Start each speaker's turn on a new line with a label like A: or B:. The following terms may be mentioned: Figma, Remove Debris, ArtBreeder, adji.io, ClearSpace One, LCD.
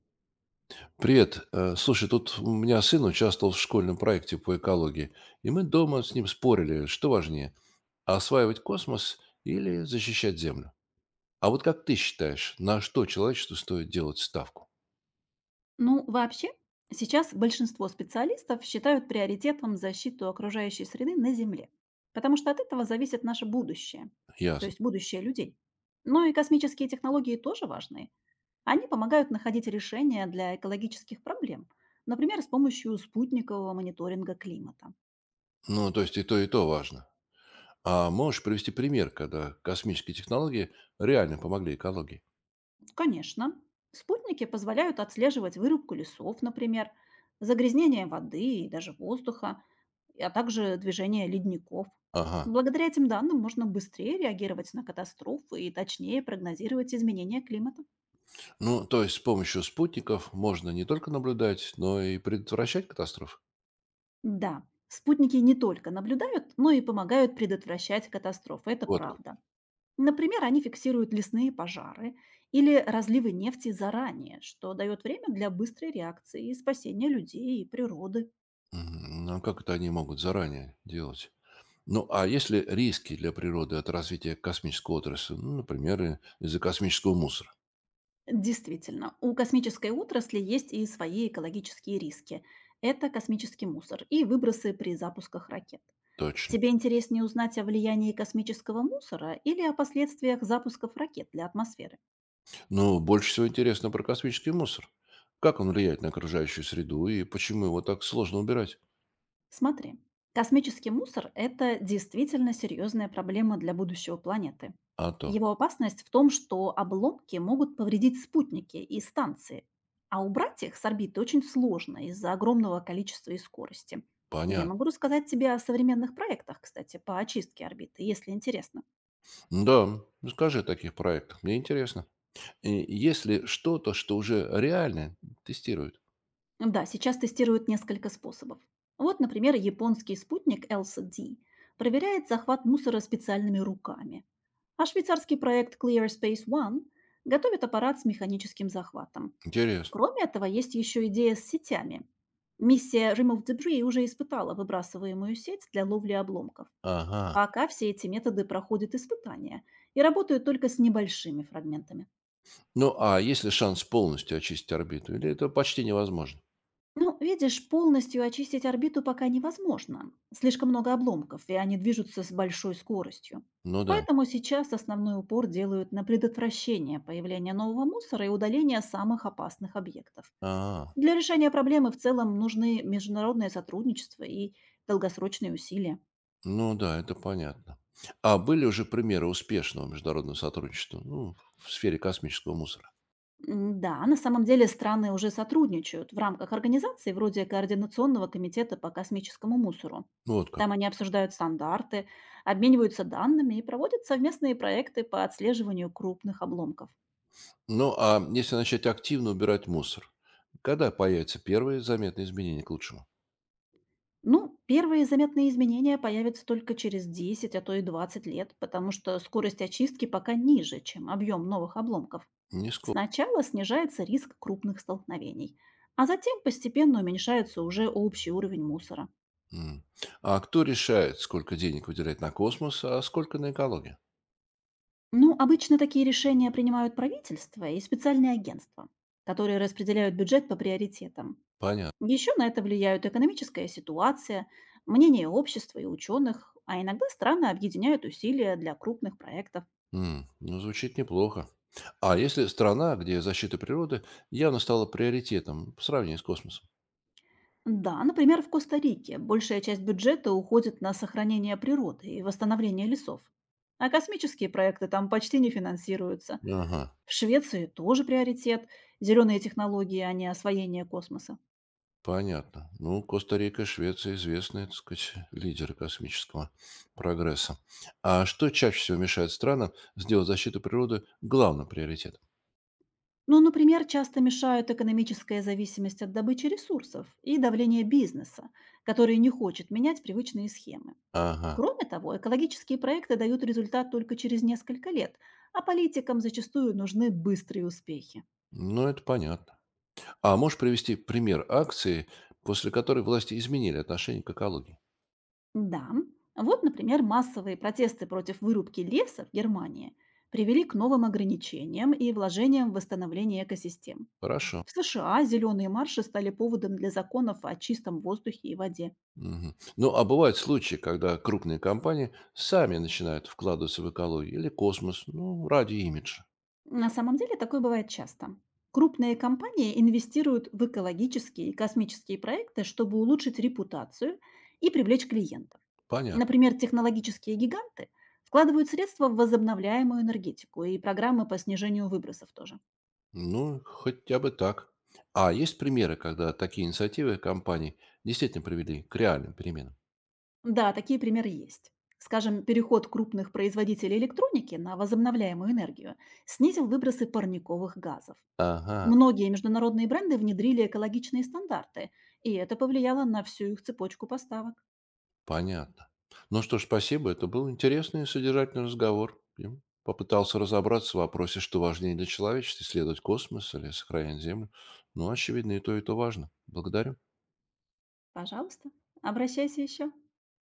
A: Привет. Слушай, тут у меня сын участвовал в школьном проекте по экологии, и мы дома с ним спорили, что важнее, осваивать космос или защищать Землю. А вот как ты считаешь, на что человечеству стоит делать ставку?
B: Ну, вообще, сейчас большинство специалистов считают приоритетом защиту окружающей среды на Земле, потому что от этого зависит наше будущее, то
A: Ясно.
B: есть будущее людей. Но и космические технологии тоже важны. Они помогают находить решения для экологических проблем, например, с помощью спутникового мониторинга климата.
A: Ну, то есть и то важно. А можешь привести пример, когда космические технологии реально помогли экологии?
B: Конечно, спутники позволяют отслеживать вырубку лесов, например, загрязнение воды и даже воздуха, а также движение ледников.
A: Ага.
B: Благодаря этим данным можно быстрее реагировать на катастрофы и точнее прогнозировать изменения климата.
A: Ну, то есть с помощью спутников можно не только наблюдать, но и предотвращать катастрофы?
B: Да, спутники не только наблюдают, но и помогают предотвращать катастрофы, это
A: Вот как.
B: правда. Например, они фиксируют лесные пожары или разливы нефти заранее, что дает время для быстрой реакции и спасения людей и природы.
A: Мгм. А как это они могут заранее делать? Ну, а есть ли риски для природы от развития космической отрасли? Ну, например, из-за космического мусора.
B: Действительно, у космической отрасли есть и свои экологические риски. Это космический мусор и выбросы при запусках ракет.
A: Точно.
B: Тебе интереснее узнать о влиянии космического мусора или о последствиях запусков ракет для атмосферы?
A: Но больше всего интересно про космический мусор. Как он влияет на окружающую среду и почему его так сложно убирать?
B: Смотри, космический мусор — это действительно серьезная проблема для будущего планеты.
A: А то,
B: Его опасность в том, что обломки могут повредить спутники и станции, а убрать их с орбиты очень сложно из-за огромного количества и скорости. Я
A: понятно.
B: могу рассказать тебе о современных проектах, кстати, по очистке орбиты, если интересно.
A: Да, ну скажи о таких проектах, мне интересно. И есть ли что-то, что уже реально тестируют?
B: Да, сейчас тестируют несколько способов. Вот, например, японский спутник LCD проверяет захват мусора специальными руками. А швейцарский проект ClearSpace One готовит аппарат с механическим захватом.
A: Интересно.
B: Кроме этого, есть еще идея с сетями. Миссия Remove Debris уже испытала выбрасываемую сеть для ловли обломков.
A: Ага.
B: Пока все эти методы проходят испытания и работают только с небольшими фрагментами.
A: Ну, а есть ли шанс полностью очистить орбиту? Или это почти невозможно?
B: Ну, видишь, полностью очистить орбиту пока невозможно. Слишком много обломков, и они движутся с большой скоростью.
A: Ну да.
B: Поэтому сейчас основной упор делают на предотвращение появления нового мусора и удаление самых опасных объектов.
A: Ага.
B: Для решения проблемы в целом нужны международное сотрудничество и долгосрочные усилия.
A: Ну да, это понятно. А были уже примеры успешного международного сотрудничества, ну, в сфере космического мусора?
B: Да, на самом деле страны уже сотрудничают в рамках организации вроде Координационного комитета по космическому мусору.
A: Ну, вот как.
B: Там они обсуждают стандарты, обмениваются данными и проводят совместные проекты по отслеживанию крупных обломков.
A: Ну, а если начать активно убирать мусор, когда появятся первые заметные изменения к лучшему?
B: Ну, первые заметные изменения появятся только через 10, а то и 20 лет, потому что скорость очистки пока ниже, чем объем новых обломков.
A: Не скоро.
B: Сначала снижается риск крупных столкновений, а затем постепенно уменьшается уже общий уровень мусора.
A: М. А кто решает, сколько денег выделять на космос, а сколько на экологию?
B: Ну, обычно такие решения принимают правительство и специальные агентства, которые распределяют бюджет по приоритетам.
A: Понятно.
B: Еще на это влияют экономическая ситуация, мнение общества и ученых, а иногда страны объединяют усилия для крупных проектов.
A: Ну, звучит неплохо. А если страна, где защита природы явно стала приоритетом по сравнению с космосом?
B: Да, например, в Коста-Рике большая часть бюджета уходит на сохранение природы и восстановление лесов. А космические проекты там почти не финансируются.
A: Ага.
B: В Швеции тоже приоритет — зеленые технологии, а не освоение космоса.
A: Понятно. Ну, Коста-Рика, Швеция известные, так сказать, лидеры космического прогресса. А что чаще всего мешает странам сделать защиту природы главным приоритетом?
B: Ну, например, часто мешают экономическая зависимость от добычи ресурсов и давление бизнеса, который не хочет менять привычные схемы.
A: Ага,
B: Кроме того, экологические проекты дают результат только через несколько лет, а политикам зачастую нужны быстрые успехи.
A: ну это понятно. А можешь привести пример акции, после которой власти изменили отношение к экологии?
B: Да, вот, например, массовые протесты против вырубки леса в Германии привели к новым ограничениям и вложениям в восстановление экосистем.
A: Хорошо.
B: В США зеленые марши стали поводом для законов о чистом воздухе и воде.
A: Мгм. Ну, а бывают случаи, когда крупные компании сами начинают вкладываться в экологию или космос, ну, ради имиджа.
B: На самом деле такое бывает часто. Крупные компании инвестируют в экологические и космические проекты, чтобы улучшить репутацию и привлечь клиентов.
A: Понятно.
B: Например, технологические гиганты вкладывают средства в возобновляемую энергетику и программы по снижению выбросов тоже.
A: Ну, хотя бы так. А есть примеры, когда такие инициативы компаний действительно привели к реальным переменам?
B: Да, такие примеры есть. Скажем, переход крупных производителей электроники на возобновляемую энергию снизил выбросы парниковых газов.
A: Ага,
B: Многие международные бренды внедрили экологичные стандарты, и это повлияло на всю их цепочку поставок.
A: понятно. Ну что ж, спасибо. Это был интересный и содержательный разговор. Я попытался разобраться в вопросе, что важнее для человечества, исследовать космос или сохранять Землю. Ну, очевидно, и то важно. Благодарю.
B: Пожалуйста, обращайся еще.